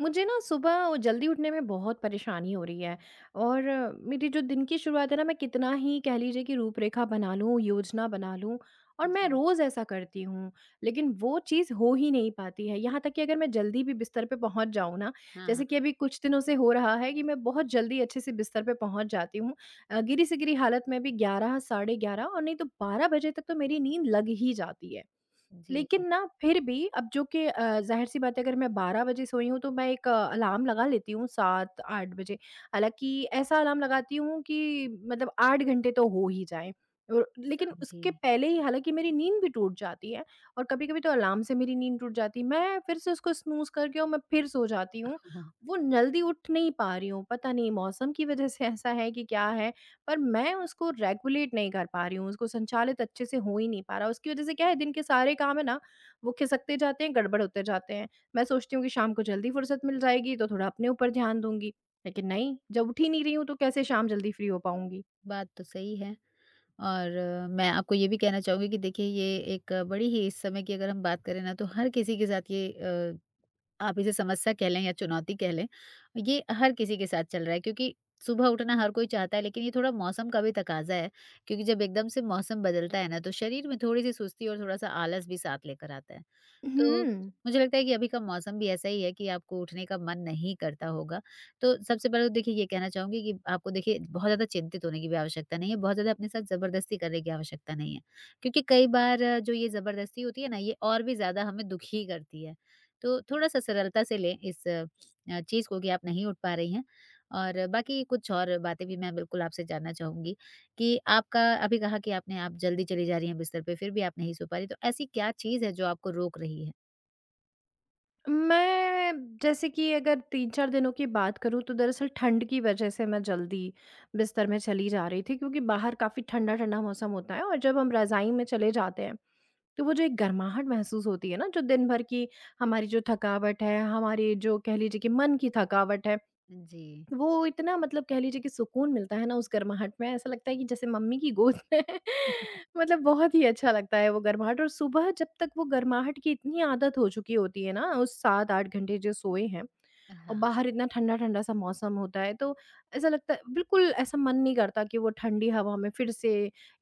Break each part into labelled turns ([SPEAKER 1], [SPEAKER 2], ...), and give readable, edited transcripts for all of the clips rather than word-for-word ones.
[SPEAKER 1] मुझे ना सुबह वो जल्दी उठने में बहुत परेशानी हो रही है। और मेरी जो दिन की शुरुआत है ना, मैं कितना ही कह लीजिए कि रूपरेखा बना लूँ, योजना बना लूँ और मैं
[SPEAKER 2] जी,
[SPEAKER 1] रोज़ ऐसा करती हूँ, लेकिन वो चीज़ हो ही नहीं पाती है। यहाँ तक कि अगर मैं जल्दी भी बिस्तर पे पहुँच जाऊँ ना,
[SPEAKER 2] हाँ,
[SPEAKER 1] जैसे
[SPEAKER 2] हाँ।
[SPEAKER 1] कि अभी कुछ दिनों से हो रहा है कि मैं बहुत जल्दी अच्छे से बिस्तर पे पहुँच जाती हूँ। गिरी से गिरी हालत में भी 11 साढ़े 11 और नहीं तो 12 बजे तक तो मेरी नींद लग ही जाती है।
[SPEAKER 2] जी,
[SPEAKER 1] लेकिन ना फिर भी अब जो कि ज़ाहिर-सी बात है, अगर मैं 12 बजे सोई हूँ तो मैं एक अलार्म लगा लेती हूँ 7-8 बजे। हालाँकि ऐसा अलार्म लगाती हूँ कि मतलब 8 घंटे तो हो ही जाएँ। और लेकिन
[SPEAKER 2] समझी।
[SPEAKER 1] उसके पहले ही हालाँकि मेरी नींद भी टूट जाती है और कभी-कभी तो अलार्म से मेरी नींद टूट जाती है। मैं फिर से उसको स्नूज़ करके और मैं फिर सो जाती हूँ।
[SPEAKER 2] ओह!
[SPEAKER 1] वो जल्दी उठ नहीं पा रही हूँ। पता नहीं मौसम की वज़ह से ऐसा है कि क्या है? पर मैं उसको रेगुलेट नहीं कर पा रही हूँ, उसको संचालित अच्छे से हो ही नहीं पा रहा। उसकी वज़ह से क्या है, दिन के सारे काम है ना, वो खिसकते जाते हैं, गड़बड़ होते जाते हैं। मैं सोचती हूँ कि शाम को जल्दी फ़ुर्सत मिल जाएगी तो थोड़ा अपने ऊपर ध्यान दूँगी, लेकिन नहीं, जब उठ ही नहीं रही हूँ तो कैसे शाम जल्दी फ्री हो पाऊँगी?
[SPEAKER 2] बात तो सही है। और मैं आपको ये भी कहना चाहूँगी कि देखिए ये एक बड़ी ही इस समय की अगर हम बात करें ना तो हर किसी के साथ ये आप इसे समस्या कह लें या चुनौती कह लें, ये हर किसी के साथ चल रहा है क्योंकि सुबह उठना हर कोई चाहता है लेकिन ये थोड़ा मौसम का भी तकाज़ा है क्योंकि जब एकदम से मौसम बदलता है ना तो शरीर में थोड़ी-सी सुस्ती और थोड़ा-सा आलस भी साथ लेकर आता है।
[SPEAKER 1] हुँ।
[SPEAKER 2] तो मुझे लगता है कि अभी का मौसम भी ऐसा ही है कि आपको उठने का मन नहीं करता होगा। तो सबसे पहले तो देखिए ये कहना चाहूँगी कि आपको देखिए बहुत ज़्यादा चिंतित होने की भी आवश्यकता नहीं है, बहुत ज़्यादा अपने साथ ज़बरदस्ती करने की आवश्यकता नहीं है। क्योंकि कई बार जो ये ज़बरदस्ती होती है ना ये और भी ज़्यादा हमें दुखी करती है। तो थोड़ा-सा सरलता से लें इस चीज़ को कि आप नहीं उठ पा रही हैं। और बाकी कुछ और बातें भी मैं बिल्कुल आपसे जानना चाहूँगी कि आपका अभी कहा कि आपने आप जल्दी चली जा रही हैं बिस्तर पे, फिर भी आप नहीं सो पा रही, तो ऐसी क्या चीज़ है जो आपको रोक रही है?
[SPEAKER 1] मैं जैसे कि अगर 3-4 दिनों की बात करूँ तो दरअसल ठंड की वज़ह से मैं जल्दी बिस्तर में चली जा रही थी क्योंकि बाहर काफ़ी ठंडा-ठंडा मौसम होता है और जब हम रज़ाई में चले जाते हैं तो वो जो एक गर्माहट महसूस होती है ना, जो दिन भर की हमारी जो थकावट है, हमारी जो, कह लीजिए कि, मन की थकावट है,
[SPEAKER 2] जी,
[SPEAKER 1] वो इतना, मतलब कह लीजिए कि सुकून मिलता है ना उस गर्माहट में। ऐसा लगता है कि जैसे मम्मी की गोद में मतलब बहुत ही अच्छा लगता है वो गर्माहट। और सुबह जब तक वो गर्माहट की इतनी आदत हो चुकी होती है ना, उस 7-8 घंटे जो सोए हैं और
[SPEAKER 2] हाँ,
[SPEAKER 1] बाहर इतना ठंडा-ठंडा सा मौसम होता है, तो ऐसा लगता है, बिल्कुल ऐसा मन नहीं करता कि वो ठंडी हवा में फिर से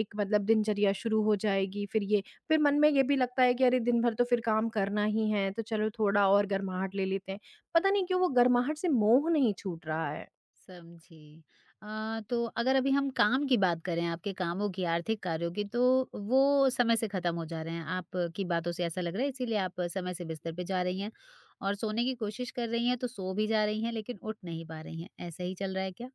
[SPEAKER 1] एक, मतलब दिनचर्या शुरू हो जाएगी। फिर मन में ये भी लगता है कि अरे दिन भर तो फिर काम करना ही है, तो चलो थोड़ा और गर्माहट ले लेते हैं। पता नहीं क्यों वो गर्माहट से मोह नहीं छूट रहा है।
[SPEAKER 2] समझी। तो अगर अभी हम काम की बात करें, आपके कामों की, आर्थिक कार्यों की, तो वो समय से ख़त्म हो जा रहे हैं। आपकी बातों से ऐसा लग रहा है, इसीलिए आप समय से बिस्तर पे जा रही हैं और सोने की कोशिश कर रही हैं, तो सो भी जा रही हैं, लेकिन उठ नहीं पा रही हैं। ऐसा ही चल रहा है क्या?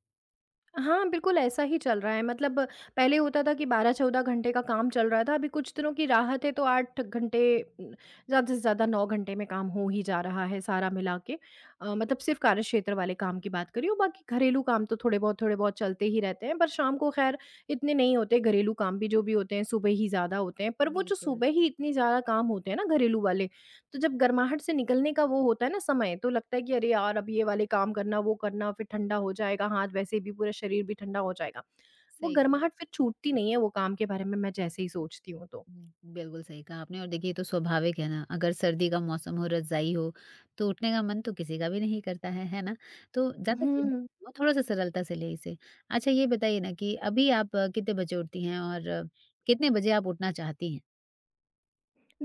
[SPEAKER 1] हाँ, बिल्कुल ऐसा ही चल रहा है। मतलब पहले होता था कि 12-14 घंटे का काम चल रहा था, अभी कुछ दिनों की राहत है तो 8 घंटे, उम, ज़्यादा से ज़्यादा 9 घंटे में काम हो ही जा रहा है सारा मिला के। मतलब सिर्फ़ कार्यक्षेत्र वाले काम की बात कर रही हूँ, बाकी घरेलू काम तो थोड़े बहुत चलते ही रहते हैं, पर शाम को खैर इतने नहीं होते, घरेलू काम भी जो भी होते हैं सुबह ही ज़्यादा होते हैं। पर वो जो
[SPEAKER 2] बिल्कुल,
[SPEAKER 1] सुबह ही इतनी ज़्यादा काम होते हैं ना घरेलू वाले, तो जब गर्माहट से निकलने का वो होता है ना समय, तो लगता है कि अरे यार! अब ये वाले काम करना, वो करना, फिर ठंडा हो जाएगा हाथ, वैसे भी पूरा शरीर भी ठंडा हो जाएगा। वो
[SPEAKER 2] सही।
[SPEAKER 1] गर्माहट फिर छूटती नहीं है, वो काम के बारे में मैं जैसे ही सोचती हूँ तो।
[SPEAKER 2] बिल्कुल सही कहा आपने। और देखिए ये तो स्वाभाविक है ना, अगर सर्दी का मौसम हो, रज़ाई हो, तो उठने का मन तो किसी का भी नहीं करता है ना? तो ज़्यादा चिंतित
[SPEAKER 1] हुँ।
[SPEAKER 2] ना हो, थोड़ा-सा सरलता से लें इसे। अच्छा ये बताइए ना कि अभी आप कितने बजे उठती हैं और कितने बजे आप उठना चाहती हैं?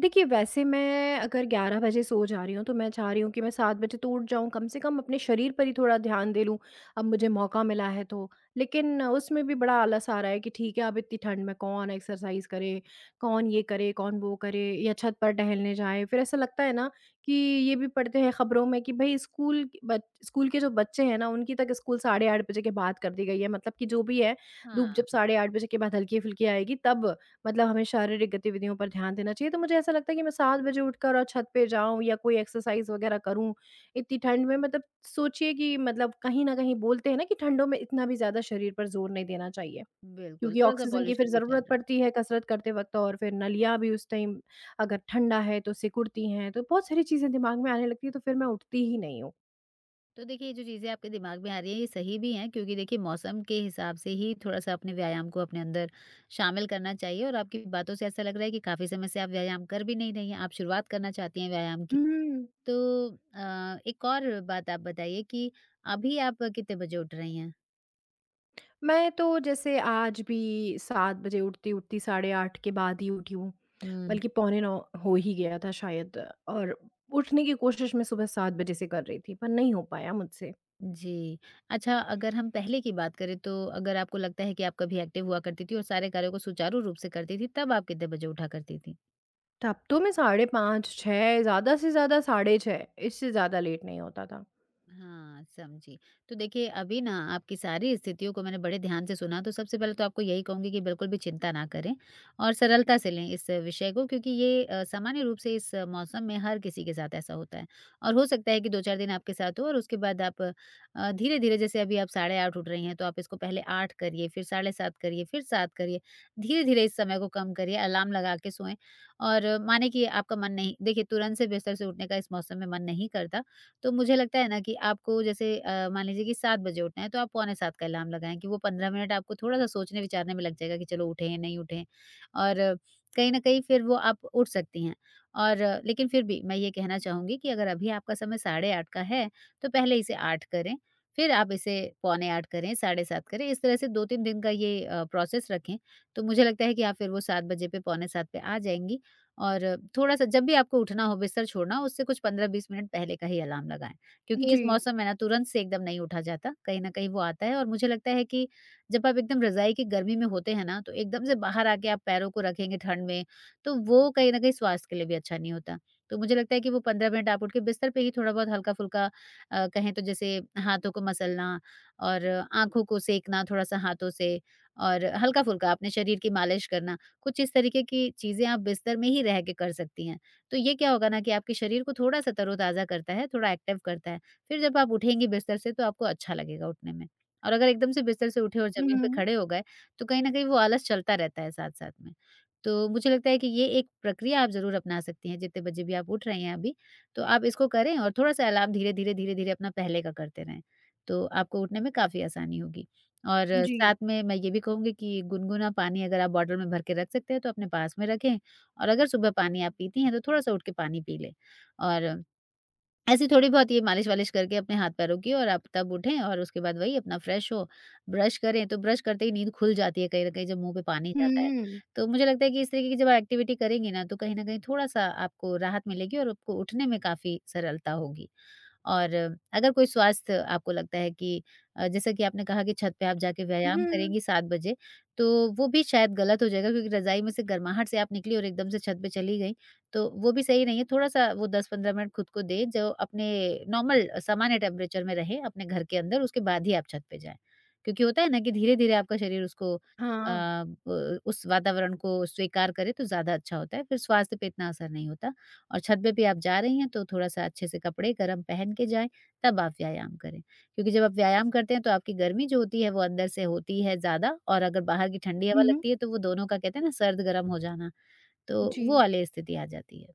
[SPEAKER 1] देखिए, वैसे मैं अगर 11 बजे सो जा रही हूँ, तो मैं चाह रही हूँ कि मैं 7 बजे तो उठ जाऊँ, कम से कम अपने शरीर पर ही थोड़ा ध्यान दे लूँ, अब मुझे मौका मिला है तो। लेकिन उसमें भी बड़ा आलस आ रहा है कि ठीक है, अब इतनी ठंड में कौन एक्सरसाइज़ करे, कौन ये करे, कौन वो करे या छत पर टहलने जाए। फिर ऐसा लगता है ना कि ये भी पढ़ते हैं खबरों में कि भई स्कूल के जो बच्चे हैं ना, उनकी तक स्कूल साढ़े 8 बजे के बाद कर दी गई है। मतलब कि जो भी है, धूप जब
[SPEAKER 2] हाँ,
[SPEAKER 1] साढ़े 8 बजे के बाद हल्की-फुल्की आएगी, तब मतलब हमें शारीरिक गतिविधियों पर ध्यान देना चाहिए, तो मुझे ऐसा लगता है कि मैं 7 बजे उठकर और छत पे जाऊँ या कोई एक्सरसाइज़ वग़ैरह करूँ, इतनी ठंड में, मतलब सोचिए कि, मतलब कहीं न कहीं बोलते हैं ना कि ठंडों में इतना भी ज़्यादा शरीर पर ज़ोर नहीं देना चाहिए,
[SPEAKER 2] बिल्कुल,
[SPEAKER 1] क्योंकि
[SPEAKER 2] थोड़ा-सा
[SPEAKER 1] ऑक्सीजन की फिर
[SPEAKER 2] पॉल्यूशन भी चल
[SPEAKER 1] ज़रूरत
[SPEAKER 2] रहा है।
[SPEAKER 1] पड़ती है कसरत करते वक़्त और फिर नलियाँ भी उस टाइम अगर ठंडा है तो सिकुड़ती हैं, तो बहुत सारी चीज़ें दिमाग में आने लगती हैं, तो फिर मैं उठती ही नहीं हूँ।
[SPEAKER 2] तो देखिए ये जो चीज़ें आपके दिमाग में आ रही हैं, ये सही भी हैं क्योंकि देखिए मौसम के हिसाब से ही थोड़ा-सा अपने व्यायाम को अपने अंदर शामिल करना चाहिए और आपकी बातों से ऐसा लग रहा है कि काफ़ी समय से आप व्यायाम कर भी नहीं रही हैं, आप शुरुआत करना चाहती हैं व्यायाम की।
[SPEAKER 1] हुँ।
[SPEAKER 2] तो एक और बात आप बताइए कि अभी आप कितने बजे उठ रही हैं?
[SPEAKER 1] मैं तो जैसे आज भी 7 बजे उठती-उठती 8:30 के बाद ही उठी हूँ।
[SPEAKER 2] हुँ।
[SPEAKER 1] बल्कि पौने 9 हो ही गया था शायद और उठने की कोशिश मैं सुबह 7 बजे से कर रही थी, पर नहीं हो पाया मुझसे।
[SPEAKER 2] जी। अच्छा अगर हम पहले की बात करें तो अगर आपको लगता है कि आप कभी एक्टिव हुआ करती थी और सारे कार्यों को सुचारू रूप से करती थी, तब आप कितने बजे उठा करती थी?
[SPEAKER 1] तब तो मैं 5:30, 6, ज़्यादा से ज़्यादा 6:30, इससे ज़्यादा लेट नहीं होता था।
[SPEAKER 2] हाँ, समझी। तो देखिए अभी ना आपकी सारी स्थितियों को मैंने बड़े ध्यान से सुना तो सबसे पहले तो आपको यही कहूँगी कि बिल्कुल भी चिंता ना करें और सरलता से लें इस विषय को क्योंकि ये सामान्य रूप से इस मौसम में हर किसी के साथ ऐसा होता है। और हो सकता है कि 2-4 दिन आपके साथ हो और उसके बाद आप धीरे-धीरे जैसे अभी आप 8:30 उठ रही हैं तो आप इसको पहले 8 करिए, फिर 7:30 करिए, फिर 7 करिए। धीरे-धीरे इस समय को कम करिए, अलार्म लगा के सोएँ। और माने कि आपका मन नहीं, देखिए तुरंत से बिस्तर से उठने का इस मौसम में मन नहीं करता, तो मुझे लगता है ना कि आपको जैसे मान लीजिए कि 7 बजे उठना है तो आप पौने 7 का अलार्म लगाएँ कि वो 15 मिनट आपको थोड़ा-सा सोचने विचारने में लग जाएगा कि चलो उठे हैं, नहीं उठे हैं और कहीं न कहीं फिर वो आप उठ सकती हैं। और लेकिन फिर भी मैं ये कहना चाहूँगी कि अगर अभी आपका समय साढ़े 8 का है तो पहले इसे 8 करें, फिर आप इसे पौने 8 करें, साढ़े 7 करें, इस तरह से 2-3 दिन का ये प्रोसेस रखें। तो मुझे लगता है कि आप फिर वो 7 बजे पे, पौने 7 पे आ जाएँगी और थोड़ा-सा जब भी आपको उठना हो, बिस्तर छोड़ना हो, उससे कुछ 15-20 मिनट पहले का ही अलार्म लगाएँ। क्योंकि इस
[SPEAKER 1] जी।
[SPEAKER 2] मौसम में ना तुरंत से एकदम नहीं उठा जाता, कहीं न कहीं वो आता है और मुझे लगता है कि जब आप एकदम रज़ाई की गर्मी में होते हैं ना, तो एकदम से बाहर आके आप पैरों को रखेंगे ठंड में, तो वो कहीं न कहीं स्वास्थ्य के लिए भी अच्छा नहीं होता। तो मुझे लगता है कि वो 15 मिनट आप उठ के बिस्तर पे ही थोड़ा बहुत हल्का-फुल्का कहें तो जैसे हाथों को मसलना और आँखों को सेकना थोड़ा-सा हाथों से और हल्का-फुल्का अपने शरीर की मालिश करना। कुछ इस तरीके की चीज़ें आप बिस्तर में ही रह के कर सकती हैं। तो ये क्या होगा ना कि आपके शरीर को थोड़ा-सा तरोताज़ा करता है, थोड़ा एक्टिव करता है। फिर जब आप उठेंगी बिस्तर से तो आपको अच्छा लगेगा उठने में। और अगर एकदम से बिस्तर से उठे और ज़मीन पे
[SPEAKER 1] हुँ,
[SPEAKER 2] खड़े हो गए, तो कहीं न कहीं वो आलस चलता रहता है साथ-साथ में। तो मुझे लगता है कि ये एक प्रक्रिया आप ज़रूर अपना सकती हैं, जितने बजे भी आप उठ रही हैं अभी, तो आप इसको करें और थोड़ा-सा अलार्म धीरे-धीरे, धीरे-धीरे अपना पहले का करते रहें। तो आपको उठने में काफ़ी आसानी होगी। और
[SPEAKER 1] जी।
[SPEAKER 2] साथ में मैं ये भी कहूँगी कि गुनगुना पानी अगर आप बॉटल में भर के रख सकते हैं तो अपने पास में रखें। और अगर सुबह पानी आप पीती हैं तो थोड़ा-सा उठ के पानी पी लें। और ऐसी थोड़ी बहुत ये मालिश-वालिश करके अपने हाथ-पैरों की और आप तब उठें और उसके बाद वही अपना फ्रेश हो, ब्रश करें तो ब्रश करते ही नींद खुल जाती है कहीं न कहीं जब मुँह पे पानी जाता है।
[SPEAKER 1] हुँ।
[SPEAKER 2] तो मुझे लगता है कि इस तरीके की जब आप एक्टिविटी करेंगी ना तो कहीं न कहीं थोड़ा-सा आपको राहत मिलेगी और आपको उठने में काफ़ी सरलता होगी। और अगर कोई स्वास्थ्य आपको लगता है कि जैसा कि आपने कहा कि छत पे आप जाके व्यायाम
[SPEAKER 1] हुँ।
[SPEAKER 2] करेंगी 7 बजे, तो वो भी शायद गलत हो जाएगा क्योंकि रज़ाई में से गर्माहट से आप निकली और एकदम से छत पे चली गई, तो वो भी सही नहीं है। थोड़ा-सा वो 10-15 मिनट खुद को दें जो अपने नॉर्मल सामान्य टेम्परेचर में रहे अपने घर के अंदर, उसके बाद ही आप छत पे जाएँ। क्योंकि होता है ना कि धीरे-धीरे आपका शरीर उसको अ,
[SPEAKER 1] हाँ।
[SPEAKER 2] ब उस वातावरण को स्वीकार करे तो ज़्यादा अच्छा होता है, फिर स्वास्थ्य पे इतना असर नहीं होता। और छत पे भी आप जा रही हैं तो थोड़ा-सा अच्छे से कपड़े गर्म पहन के जाएँ, तब आप व्यायाम करें। क्योंकि जब आप व्यायाम करते हैं तो आपकी गर्मी जो होती है वो अंदर से होती है ज़्यादा और अगर बाहर की ठंडी
[SPEAKER 1] हुँ,
[SPEAKER 2] हवा
[SPEAKER 1] हुँ।
[SPEAKER 2] लगती है तो वो दोनों का कहते हैं ना सर्द गर्म हो जाना, तो वो
[SPEAKER 1] जी।
[SPEAKER 2] वाली स्थिति आ जाती है।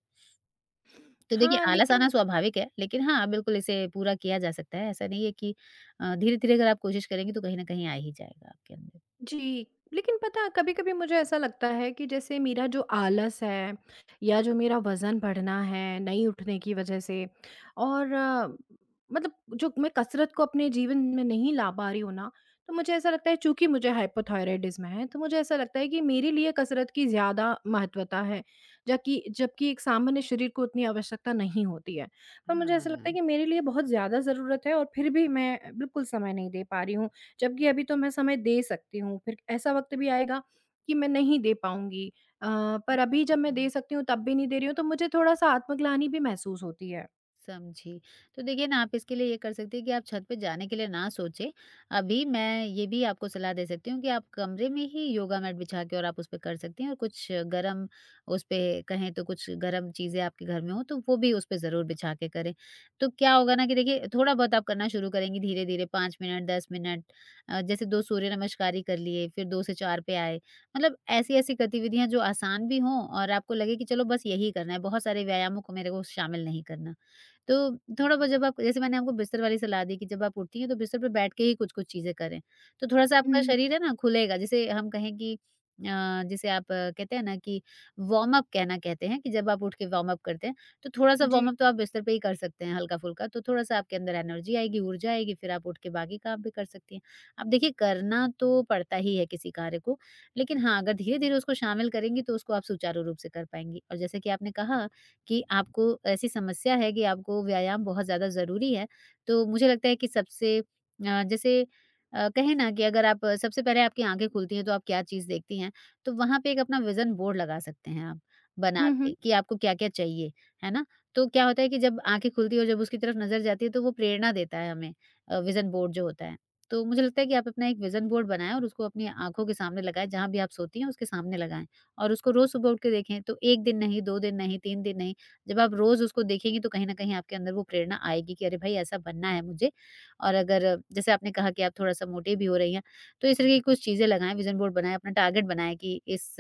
[SPEAKER 2] तो देखिए
[SPEAKER 1] हाँ,
[SPEAKER 2] आलस
[SPEAKER 1] लेकिन
[SPEAKER 2] आना स्वाभाविक है, लेकिन हाँ, बिल्कुल इसे पूरा किया जा सकता है। ऐसा नहीं है कि धीरे-धीरे अगर आप कोशिश करेंगी तो कहीं न कहीं आ ही जाएगा आपके अंदर।
[SPEAKER 1] जी, लेकिन पता है कभी-कभी मुझे ऐसा लगता है कि जैसे मेरा जो आलस है या जो मेरा वज़न बढ़ना है नहीं उठने की वज़ह से और मतलब जो मैं कसरत को अपने जीवन में नहीं ला पा रही हूँ ना, तो मुझे ऐसा लगता है, चूँकि मुझे हाइपोथायरायडिज़्म है, तो मुझे ऐसा लगता है कि मेरे लिए कसरत की ज़्यादा महत्वता है, जबकि जबकि एक सामान्य शरीर को उतनी आवश्यकता नहीं होती है। पर मुझे ऐसा लगता है कि मेरे लिए बहुत ज़्यादा ज़रूरत है और फिर भी मैं बिल्कुल समय नहीं दे पा रही हूँ। जबकि अभी तो मैं समय दे सकती हूँ, फिर ऐसा वक़्त भी आएगा कि मैं नहीं दे पाऊँगी। अ, पर अभी जब मैं दे सकती हूँ तब भी नहीं दे रही हूँ, तो मुझे थोड़ा-सा आत्मग्लानि भी महसूस होती है।
[SPEAKER 2] समझी। तो देखिए ना आप इसके लिए ये कर सकती हैं कि आप छत पे जाने के लिए ना सोचें। अभी मैं ये भी आपको सलाह दे सकती हूँ कि आप कमरे में ही योगा मैट बिछा के और आप उसपे कर सकती हैं और कुछ गरम उसपे कहें तो कुछ गरम चीज़ें आपके घर में हो तो वो भी उसपे ज़रूर बिछा के करें। तो क्या होगा ना कि देखिए थोड़ा बहुत आप करना शुरू करेंगी धीरे-धीरे 5 मिनट, 10 मिनट, जैसे 2 सूर्य नमस्कारी कर लिए, फिर 2 से 4 पे आए। मतलब ऐसी-ऐसी गतिविधियाँ जो आसान भी हों और आपको लगे कि चलो बस यही करना है, बहुत सारे व्यायामों को मेरे को शामिल नहीं करना। तो थोड़ा बहुत जब आप जैसे मैंने आपको बिस्तर वाली सलाह दी कि जब आप उठती हैं तो बिस्तर पे बैठ के ही कुछ-कुछ चीज़ें करें, तो थोड़ा-सा आपका
[SPEAKER 1] हुँ,
[SPEAKER 2] शरीर है ना खुलेगा। जैसे हम कहें कि जिसे आप कहते हैं ना कि वार्म अप कहना कहते हैं कि जब आप उठ के वार्म अप करते हैं, तो थोड़ा-सा
[SPEAKER 1] जी।
[SPEAKER 2] वार्म अप तो आप बिस्तर पे ही कर सकते हैं हल्का-फुल्का, तो थोड़ा-सा आपके अंदर एनर्जी आएगी, ऊर्जा आएगी, फिर आप उठ के बाकी काम भी कर सकती हैं। अब देखिए करना तो पड़ता ही है किसी कार्य को, लेकिन हाँ, अगर धीरे-धीरे उसको शामिल करेंगी तो उसको आप सुचारू रूप से कर पाएँगी। और जैसे कि आपने कहा कि आपको ऐसी समस्या है कि आपको व्यायाम बहुत ज़्यादा ज़रूरी है, तो मुझे लगता है कि सबसे जैसे कहें ना कि अगर आप सबसे पहले आपकी आँखें खुलती हैं, तो आप क्या चीज़ देखती हैं, तो वहाँ पे एक अपना विज़न बोर्ड लगा सकते हैं आप, बना
[SPEAKER 1] हुँ, हुँ।
[SPEAKER 2] के कि आपको क्या-क्या चाहिए, है ना? तो क्या होता है कि जब आँखें खुलती है और जब उसकी तरफ नज़र जाती है, तो वो प्रेरणा देता है हमें विज़न बोर्ड जो होता है। तो मुझे लगता है कि आप अपना एक विज़न बोर्ड बनाएँ और उसको अपनी आँखों के सामने लगाएँ, जहाँ भी आप सोती हैं, उसके सामने लगाएँ और उसको रोज़ सुबह उठ के देखें, तो 1 दिन नहीं, 2 दिन नहीं, 3 दिन नहीं, जब आप रोज़ उसको देखेंगी तो कहीं न कहीं आपके अंदर वो प्रेरणा आएगी कि अरे भाई ऐसा बनना है मुझे। और अगर जैसे आपने कहा कि आप थोड़ा-सा मोटे भी हो रही हैं, तो इस तरह की कुछ चीज़ें लगाएँ, विज़न बोर्ड बनाएँ, अपना टारगेट बनाएँ कि इस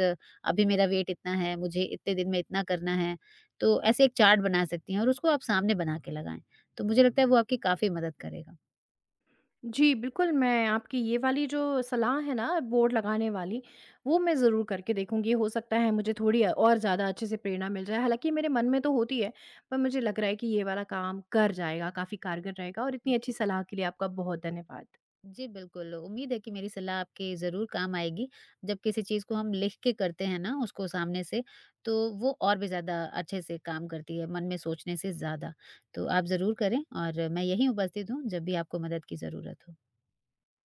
[SPEAKER 2] अभी मेरा वेट इतना है, मुझे इतने दिन में इतना करना है। तो ऐसे एक चार्ट बना सकती हैं और उसको आप सामने बना के लगाएँ। तो मुझे लगता है वो आपकी काफ़ी मदद करेगा।
[SPEAKER 1] जी, बिल्कुल, मैं आपकी ये वाली जो सलाह है ना बोर्ड लगाने वाली, वो मैं ज़रूर करके देखूँगी। हो सकता है मुझे थोड़ी और ज़्यादा अच्छे से प्रेरणा मिल जाए। हालाँकि मेरे मन में तो होती है, पर मुझे लग रहा है कि ये वाला काम कर जाएगा, काफ़ी कारगर रहेगा और इतनी अच्छी
[SPEAKER 2] जी।
[SPEAKER 1] सलाह के लिए आपका बहुत धन्यवाद।
[SPEAKER 2] जी, बिल्कुल। उम्मीद है कि मेरी सलाह आपके ज़रूर काम आएगी। जब किसी चीज़ को हम लिख के करते हैं ना उसको सामने से, तो वो और भी ज़्यादा अच्छे से काम करती है, मन में सोचने से ज़्यादा। तो आप ज़रूर करें और मैं यहीं उपस्थित हूँ, जब भी आपको मदद की ज़रूरत हो।